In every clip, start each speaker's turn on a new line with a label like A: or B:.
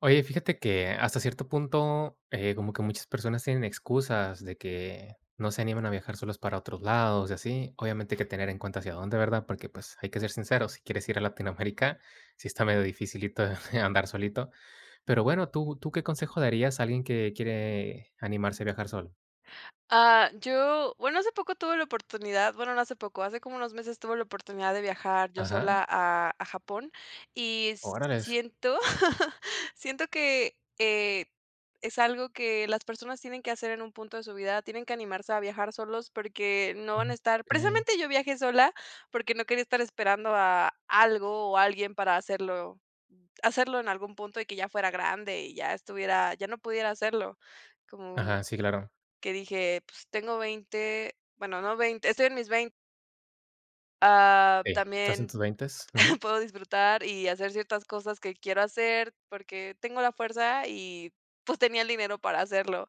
A: Oye, fíjate que hasta cierto punto, como que muchas personas tienen excusas de que no se animan a viajar solos para otros lados y así. Obviamente hay que tener en cuenta hacia dónde, ¿verdad? Porque pues hay que ser sinceros, si quieres ir a Latinoamérica, sí está medio dificilito andar solito. Pero bueno, ¿tú qué consejo darías a alguien que quiere animarse a viajar solo?
B: Ah, yo, bueno, hace poco tuve la oportunidad, bueno, no hace poco, hace como unos meses tuve la oportunidad de viajar yo sola
A: Ajá,
B: a Japón y
A: órale.
B: siento, siento que es algo que las personas tienen que hacer en un punto de su vida, tienen que animarse a viajar solos porque no van a
A: Mm,
B: estar,
A: ok.
B: precisamente yo viajé sola porque no quería estar esperando a algo o alguien para hacerlo, hacerlo en algún punto y que ya fuera grande y ya estuviera, ya no pudiera hacerlo, como
A: Ajá, sí, claro.
B: que dije, pues tengo 20, bueno, no 20, estoy en mis 20.
A: Sí, estás en
B: También
A: tus veintes. Ujú.
B: puedo disfrutar y hacer ciertas cosas que quiero hacer porque tengo la fuerza y pues tenía el dinero para hacerlo.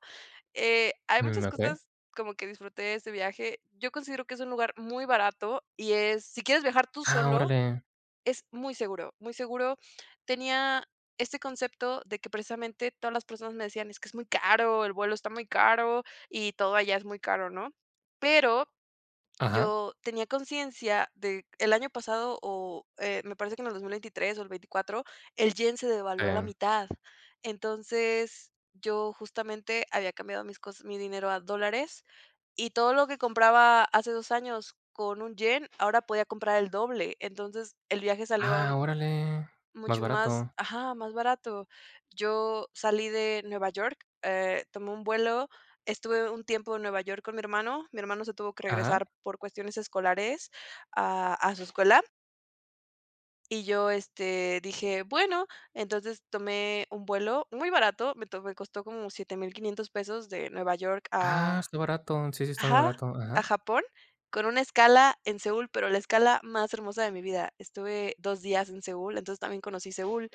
B: Hay
A: Mm,
B: muchas
A: ok.
B: cosas como que disfruté de este viaje. Yo considero que es un lugar muy barato y es, si quieres viajar tú
A: Ah,
B: solo,
A: órale.
B: es muy seguro, muy seguro. Tenía este concepto de que precisamente todas las personas me decían: "Es que es muy caro, el vuelo está muy caro y todo allá es muy caro", ¿no? Pero
A: Ajá.
B: yo tenía conciencia de el año pasado o, me parece que en el 2023 o el 24 el yen se devaluó a la
A: em,
B: mitad. Entonces, yo justamente había cambiado mis cos mi dinero a dólares y todo lo que compraba hace 2 años con un yen, ahora podía comprar el doble. Entonces, el viaje salió
A: ah, órale. Más
B: mucho más,
A: barato.
B: ajá, más barato. Yo salí de Nueva York, tomé un vuelo, estuve un tiempo en Nueva York con mi hermano se tuvo que
A: Ajá.
B: regresar por cuestiones escolares a su escuela, y yo, este, dije: "Bueno", entonces tomé un vuelo muy barato, me costó como $7,500 de Nueva York
A: Ah,
B: a,
A: está barato. Sí, sí, está muy
B: ajá,
A: barato.
B: a
A: Ajá.
B: Japón, con una escala en Seúl, pero la escala más hermosa de mi vida. Estuve 2 días en Seúl, entonces también conocí Seúl,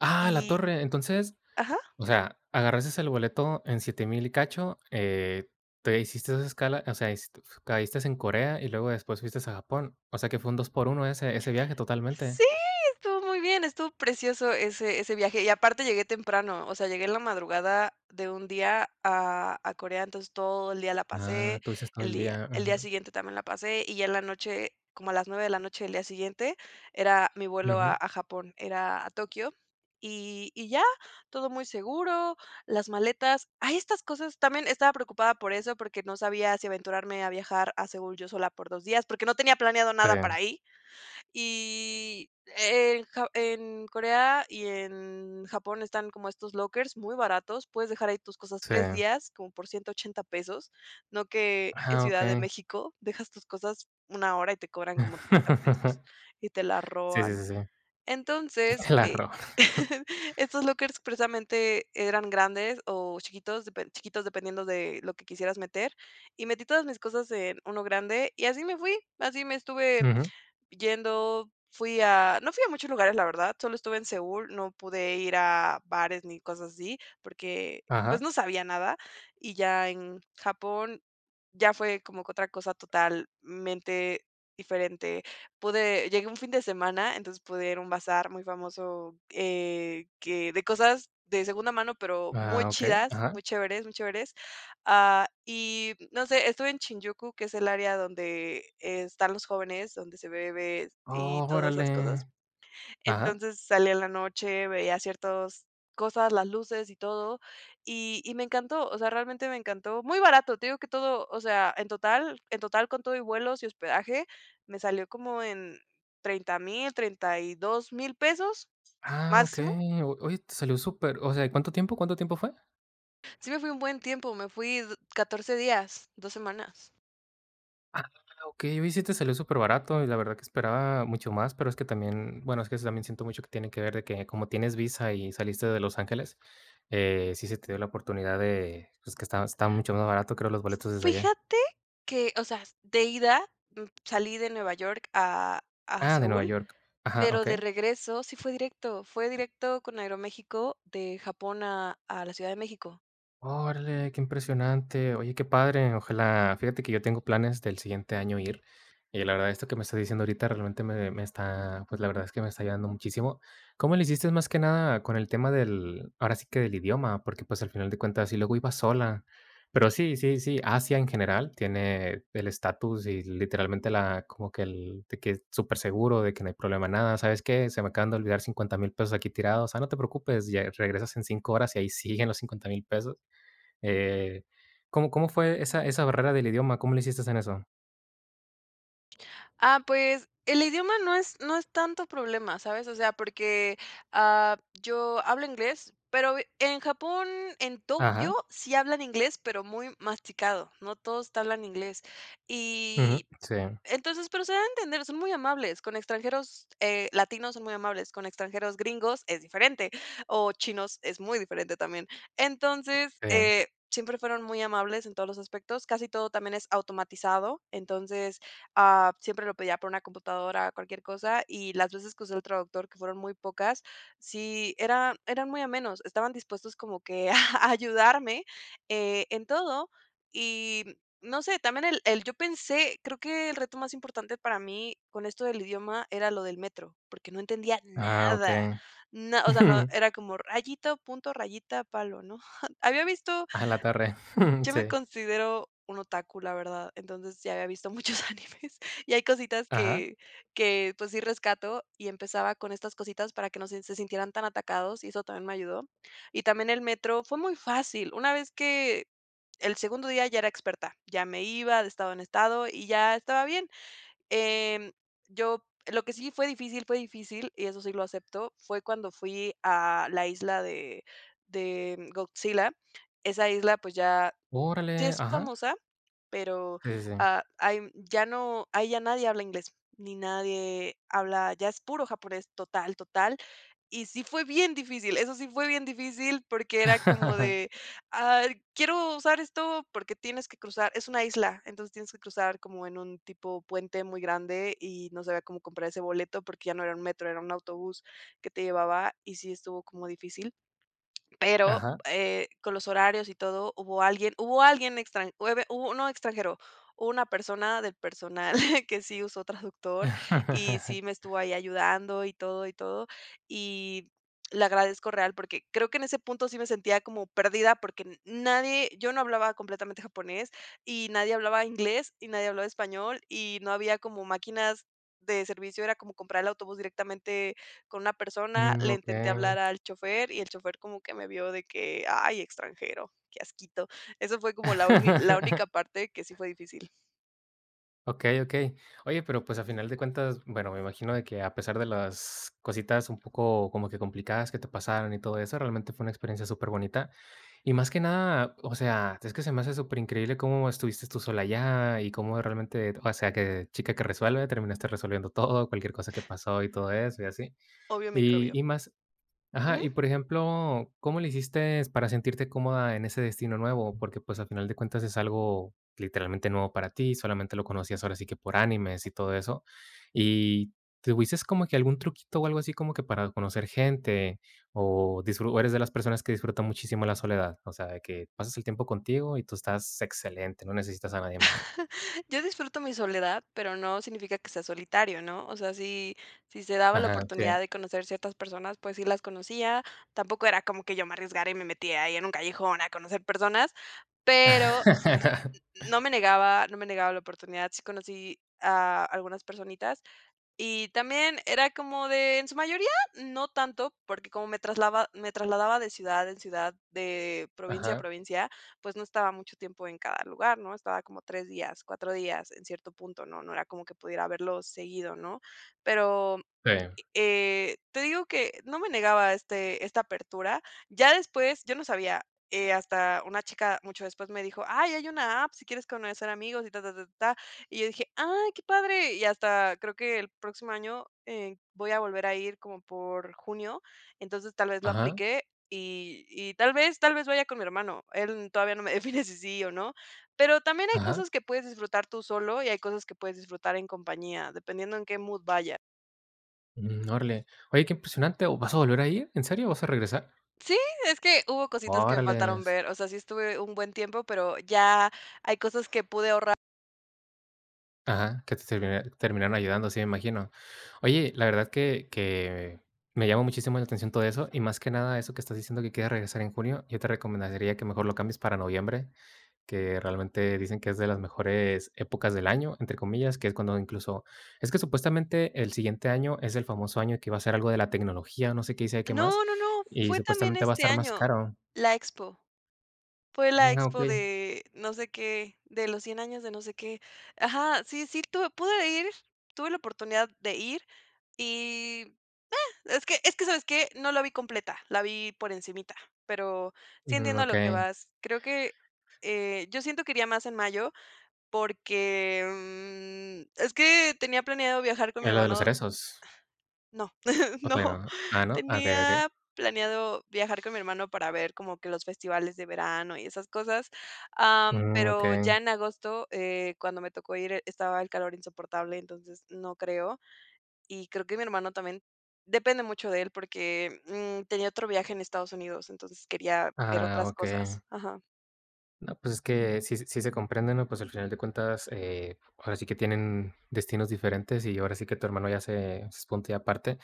A: Ah, la
B: y
A: torre. Entonces,
B: ajá.
A: o sea, agarraste el boleto en 7,000 y cacho, te hiciste esa escala, o sea, hici caíste en Corea y luego después fuiste a Japón. O sea, que fue un dos por uno ese viaje totalmente.
B: Sí, estuvo muy bien, estuvo precioso ese viaje, y aparte llegué temprano, o sea, llegué en la madrugada de un día a Corea, entonces todo el día la pasé,
A: Ah, tuviste todo el día.
B: el día
A: Ujú,
B: siguiente también la pasé, y ya en la noche, como a las 9 de la noche del día siguiente, era mi vuelo a
A: ujú.
B: a Japón, era a Tokio, y ya, todo muy seguro, las maletas. Hay estas cosas también estaba preocupada por eso, porque no sabía si aventurarme a viajar a Seúl yo sola por 2 días, porque no tenía planeado
A: Sí,
B: nada para ahí. Y en Ja en Corea y en Japón están como estos lockers muy baratos, puedes dejar ahí tus cosas
A: sí.
B: 3 días como por $180 pesos, no que en
A: Ah,
B: Ciudad de
A: okey.
B: México dejas tus cosas una hora y te cobran como 30 pesos y te la
A: Sí, sí,
B: roban.
A: sí, sí. Y
B: Entonces,
A: te la roban.
B: estos lockers precisamente eran grandes o chiquitos, dependiendo de lo que quisieras meter, y metí todas mis cosas en uno grande y así me fui, así me estuve
A: Ujú.
B: yendo, fui a no fui a muchos lugares, la verdad, solo estuve en Seúl, no pude ir a bares ni cosas así, porque, pues,
A: Ajá.
B: no sabía nada, y ya en Japón ya fue como que otra cosa totalmente diferente. Pude Llegué un fin de semana, entonces pude ir a un bazar muy famoso, que de cosas de segunda mano, pero muy
A: Ah, okey.
B: chidas,
A: Ajá.
B: muy chéveres, muy chéveres. Ah, y no sé, estuve en Shinjuku, que es el área donde están los jóvenes, donde se bebe y todas esas cosas.
A: Órale. Ajá.
B: Entonces salí en la noche, veía ciertas cosas, las luces y todo, y me encantó, o sea, realmente me encantó. Muy barato, te digo que todo, o sea, en total con todo y vuelos y hospedaje, me salió como en 30,000, $32,000
A: Ah,
B: máximo.
A: okey. O oye, te salió súper, o sea, ¿cuánto tiempo fue?
B: Sí me fui un buen tiempo, me fui 14 días, 2 semanas.
A: Ah, okey. Oye, sí te salió súper barato y la verdad que esperaba mucho más, pero es que también, bueno, es que eso también siento mucho que tiene que ver de que como tienes visa y saliste de Los Ángeles, sí se te dio la oportunidad de, pues, que está mucho más barato, creo, los boletos desde allá.
B: Fíjate que, o sea, de ida, salí de Nueva York a
A: Ah, de Nueva
B: Seúl,
A: York. Ajá,
B: pero de
A: okey.
B: regreso sí fue directo con Aeroméxico de Japón a la Ciudad de México.
A: Órale, qué impresionante. Oye, qué padre. Ojalá, fíjate que yo tengo planes del siguiente año ir. Y la verdad, esto que me estás diciendo ahorita realmente me está, pues la verdad es que me está ayudando muchísimo. ¿Cómo le hiciste más que nada con el tema del, ahora sí que del idioma? Porque pues al final de cuentas, y luego iba sola. Pero sí, sí, sí, Asia en general tiene el estatus y literalmente la, como que el, de que es súper seguro, de que no hay problema nada. ¿Sabes qué? Se me acaban de olvidar 50,000 pesos aquí tirados. Ah, no te preocupes, ya regresas en 5 horas y ahí siguen los 50,000 pesos. Eh, ¿cómo fue esa barrera del idioma? ¿Cómo le hiciste en eso?
B: Ah, pues, el idioma no es tanto problema, ¿sabes? O sea, porque, yo hablo inglés, pero en Japón, en Tokio,
A: Ajá,
B: sí hablan inglés, pero muy masticado, no todos hablan inglés.
A: ujú,
B: Y
A: sí,
B: Entonces, pero se da a entender, son muy amables, con extranjeros, latinos son muy amables, con extranjeros gringos es diferente, o chinos es muy diferente también. Entonces,
A: sí.
B: siempre fueron muy amables en todos los aspectos, casi todo también es automatizado, entonces, siempre lo pedía por una computadora, cualquier cosa, y las veces que usé el traductor, que fueron muy pocas, sí, eran muy amenos, estaban dispuestos como que a ayudarme, en todo, y no sé, también el yo pensé, creo que el reto más importante para mí con esto del idioma era lo del metro, porque no entendía
A: Ah,
B: nada.
A: okey.
B: Na O sea, no, era como rayito, punto, rayita, palo, ¿no? Había visto,
A: A la torre.
B: yo me
A: Sí.
B: considero un otaku, la verdad, entonces ya había visto muchos animes y hay cositas
A: Ajá.
B: que, pues, sí rescato y empezaba con estas cositas para que no se sintieran tan atacados y eso también me ayudó. Y también el metro fue muy fácil. Una vez que el segundo día ya era experta, ya me iba de estado en estado y ya estaba bien. Em, yo lo que sí fue difícil, y eso sí lo acepto, fue cuando fui a la isla de Godzilla. Esa isla, pues, ya sí
A: Órale,
B: es
A: ajá.
B: famosa, pero,
A: Sí, sí, sí.
B: hay ya no ahí ya nadie habla inglés, ni nadie habla, ya es puro japonés total, total. Y sí fue bien difícil, eso sí fue bien difícil porque era como de, ah, quiero usar esto porque tienes que cruzar, es una isla, entonces tienes que cruzar como en un tipo puente muy grande y no sabía cómo comprar ese boleto porque ya no era un metro, era un autobús que te llevaba y sí estuvo como difícil. Pero,
A: Ajá.
B: con los horarios y todo, hubo alguien extran huebe hubo no extranjero, hubo una persona del personal que sí usó traductor y sí me estuvo ahí ayudando y todo y todo, y le agradezco real, porque creo que en ese punto sí me sentía como perdida, porque n nadie, yo no hablaba completamente japonés y nadie hablaba inglés y nadie hablaba español y no había como máquinas de servicio, era como comprar el autobús directamente con una persona,
A: Mm,
B: le intenté
A: okey.
B: hablar al chofer y el chofer como que me vio de que, ay, extranjero, qué asquito. Eso fue como la la única parte que sí fue difícil.
A: Okey, okey. Oye, pero, pues, a final de cuentas, bueno, me imagino de que a pesar de las cositas un poco como que complicadas que te pasaron y todo eso, realmente fue una experiencia súper bonita. Y más que nada, o sea, es que se me hace súper increíble cómo estuviste tú sola allá y cómo realmente, o sea, que chica que resuelve, terminaste resolviendo todo, cualquier cosa que pasó y todo eso y así.
B: Obvio microbio.
A: Y más. Ajá,
B: Ujú.
A: y por ejemplo, ¿cómo le hiciste para sentirte cómoda en ese destino nuevo? Porque, pues, al final de cuentas es algo literalmente nuevo para ti, solamente lo conocías ahora sí que por animes y todo eso. ¿Y tuviste como que algún truquito o algo así como que para conocer gente o disfru o eres de las personas que disfrutan muchísimo la soledad? O sea, de que pasas el tiempo contigo y tú estás excelente, no necesitas a nadie más.
B: Yo disfruto mi soledad, pero no significa que sea solitario, ¿no? O sea, si se daba la
A: Ajá, sí.
B: oportunidad de conocer ciertas personas, pues sí las conocía. Tampoco era como que yo me arriesgara y me metía ahí en un callejón a conocer personas, pero no me negaba, no me negaba la oportunidad. Sí conocí a algunas personitas y también era como de, en su mayoría, no tanto, porque como me trasladaba de ciudad en ciudad, de provincia a
A: Ajá,
B: provincia, pues no estaba mucho tiempo en cada lugar, ¿no? Estaba como 3 días, 4 días en cierto punto, ¿no? No era como que pudiera verlos seguido, ¿no? Pero
A: sí.
B: te digo que no me negaba esta apertura. Ya después, yo no sabía, hasta una chica mucho después me dijo: "Ay, hay una app si quieres conocer amigos y ta, ta, ta, ta". Y yo dije: "Ay, qué padre". Y hasta creo que el próximo año, voy a volver a ir como por junio, entonces tal vez lo
A: Ajá,
B: apliqué y tal vez, tal vez vaya con mi hermano. Él todavía no me define si sí o no, pero también hay
A: ajá.
B: cosas que puedes disfrutar tú solo y hay cosas que puedes disfrutar en compañía, dependiendo en qué mood vayas.
A: Mm, órale. Oye, qué impresionante. ¿O vas a volver a ir? ¿En serio? ¿Vas a regresar?
B: Sí, es que hubo cositas que me faltaron
A: Órales.
B: ver, o sea, sí estuve un buen tiempo, pero ya hay cosas que pude ahorrar.
A: Ajá, que terminaron ayudando, sí, me imagino. Oye, la verdad que me llama muchísimo la atención todo eso y más que nada eso que estás diciendo que quieres regresar en junio, yo te recomendaría que mejor lo cambies para noviembre, que realmente dicen que es de las mejores épocas del año, entre comillas, que es cuando incluso, es que supuestamente el siguiente año es el famoso año que va a ser algo de la tecnología, no sé qué dice, qué más,
B: No, no, no,
A: y
B: fue también
A: supuestamente va a
B: este
A: estar más
B: año,
A: caro.
B: la expo. Fue la
A: Ah, ok.
B: expo de no sé qué, de los 100 años de no sé qué. Ajá, sí, sí, tuve, pude ir, tuve la oportunidad de ir y es que, ¿sabes qué? No la vi completa, la vi por encimita, pero sí
A: Mm,
B: entiendo a lo que
A: okey.
B: vas. Creo que yo siento que iría más en mayo, porque, es que tenía planeado viajar con mi
A: ¿Es lo de los
B: hermano
A: cerezos?
B: no,
A: ¿O todavía
B: no,
A: no? Ah, ¿no? Ah, okey, okey.
B: tenía planeado viajar con mi hermano para ver como que los festivales de verano y esas cosas,
A: Mm,
B: pero
A: okey.
B: ya en agosto, cuando me tocó ir, estaba el calor insoportable, entonces no creo. Y creo que mi hermano también depende mucho de él porque, tenía otro viaje en Estados Unidos, entonces quería ver
A: Ah,
B: otras
A: okey.
B: cosas. Ajá.
A: No, pues, es que sí sí se comprenden, ¿no? Pues, al final de cuentas, ahora sí que tienen destinos diferentes y ahora sí que tu hermano ya se es punto y aparte.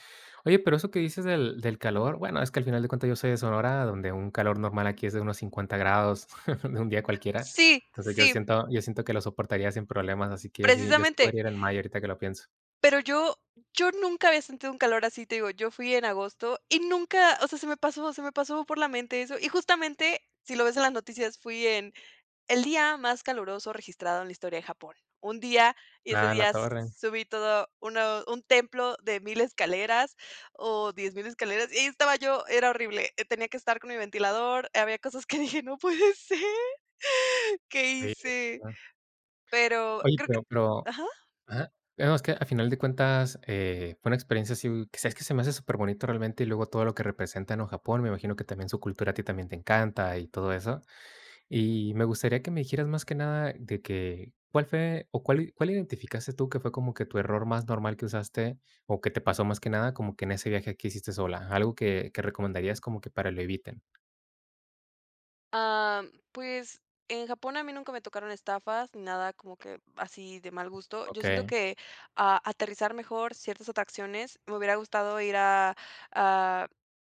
A: Oye, pero eso que dices del calor, bueno, es que al final de cuentas yo soy de Sonora, donde un calor normal aquí es de unos 50 grados, de un día cualquiera.
B: Sí,
A: Entonces, yo
B: sí,
A: siento yo siento que lo soportaría sin problemas, así que yo sí
B: precisamente.
A: podría ir en mayo ahorita que lo pienso.
B: Pero yo nunca había sentido un calor así, te digo, yo fui en agosto y nunca, o sea, se me pasó por la mente eso. Y justamente, si lo ves en las noticias, fui en el día más caluroso registrado en la historia de Japón. Un día, y ese
A: Ah, la
B: día
A: torre.
B: subí todo uno un templo de 1,000 escaleras o 10,000 escaleras, y ahí estaba yo, era horrible. Tenía que estar con mi ventilador, había cosas que dije: "No puede ser, ¿qué
A: Sí.
B: hice?".
A: No.
B: Pero
A: Oye,
B: creo que
A: pero
B: ajá.
A: ajá. No, es que a final de cuentas, fue una experiencia así que sabes que se me hace superbonito realmente, y luego todo lo que representan en Japón, me imagino que también su cultura a ti también te encanta y todo eso. Y me gustaría que me dijeras más que nada de que, ¿cuál fue o cuál identificaste tú que fue como que tu error más normal que usaste o que te pasó más que nada como que en ese viaje que hiciste sola? Algo que recomendarías como que para lo eviten.
B: Ah, pues, en Japón a mí nunca me tocaron estafas ni nada como que así de mal gusto. Yo siento
A: ¿Ok?
B: que, aterrizar mejor ciertas atracciones, me hubiera gustado ir a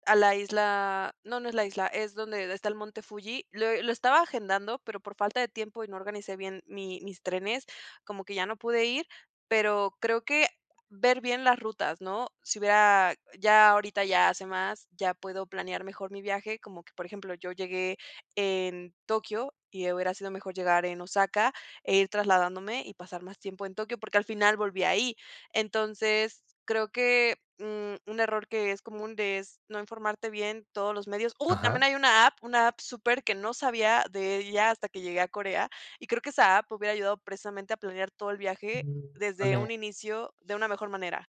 B: a la isla, no, no es la isla, es donde está el monte Fuji. Lo estaba agendando, pero por falta de tiempo y no organicé bien mi mis trenes, como que ya no pude ir, pero creo que ver bien las rutas, ¿no? Si hubiera ya ahorita ya hace más, ya puedo planear mejor mi viaje, como que, por ejemplo, yo llegué en Tokio y hubiera sido mejor llegar en Osaka e ir trasladándome y pasar más tiempo en Tokio, porque al final volví ahí. Entonces, creo que, un error que es común de es no informarte bien todos los medios. También
A: Ajá.
B: hay una app súper que no sabía de ella hasta que llegué a Corea, y creo que esa app hubiera ayudado precisamente a planear todo el viaje
A: Mm,
B: desde
A: órale.
B: un inicio de una mejor manera.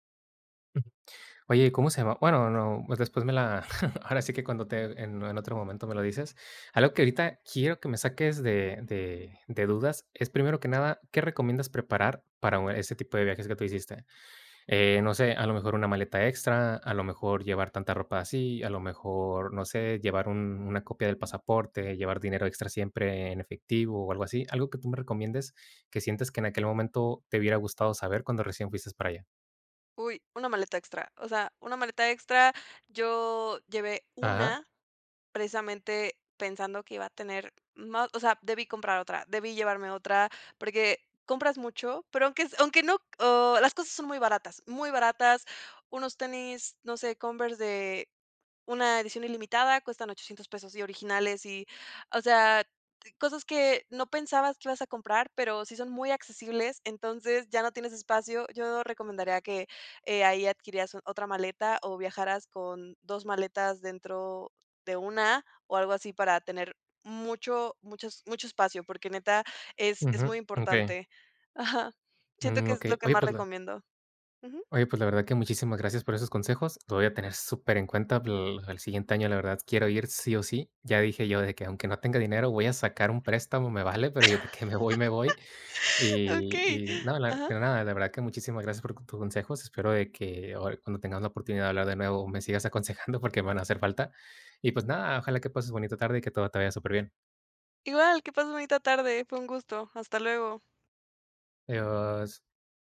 A: Oye, ¿cómo se llama? Bueno, no, pues después me la ahora sí que cuando te en otro momento me lo dices. Algo que ahorita quiero que me saques de dudas es, primero que nada, ¿qué recomiendas preparar para un ese tipo de viajes que tú hiciste? No sé, a lo mejor una maleta extra, a lo mejor llevar tanta ropa así, a lo mejor, no sé, llevar un una copia del pasaporte, llevar dinero extra siempre en efectivo o algo así. Algo que tú me recomiendes que sientes que en aquel momento te hubiera gustado saber cuando recién fuiste para allá.
B: Uy, una maleta extra. O sea, una maleta extra, yo llevé
A: Ajá.
B: una precisamente pensando que iba a tener más, o sea, debí comprar otra, debí llevarme otra, porque compras mucho, pero aunque, aunque no, las cosas son muy baratas, unos tenis, no sé, Converse una edición ilimitada, cuestan $800 y originales y, o sea, cosas que no pensabas que ibas a comprar, pero sí son muy accesibles, entonces ya no tienes espacio. Yo recomendaría que, ahí adquirieras otra maleta o viajaras con 2 maletas dentro de una o algo así para tener mucho espacio, porque neta es
A: Ujú.
B: muy
A: Okey.
B: importante. Ajá. Siento
A: Mm,
B: que es lo
A: okey.
B: que
A: Oye,
B: más
A: pues la
B: recomiendo. Ujú.
A: oye, pues la verdad que muchísimas gracias por esos consejos. Lo voy a tener súper en cuenta el siguiente año, la verdad quiero ir sí o sí. Ya dije yo de que aunque no tenga dinero, voy a sacar un préstamo, me vale, pero yo de que me voy, me voy.
B: Okey.
A: Y no, la
B: Ajá.
A: pero nada, la verdad que muchísimas gracias por tus consejos. Espero de que ahora cuando tengamos la oportunidad de hablar de nuevo, me sigas aconsejando porque me van a hacer falta. Y pues nada, ojalá que pases bonita tarde y que todo te vaya superbién.
B: Igual, que pases bonita tarde, fue un gusto. Hasta luego.
A: Adiós.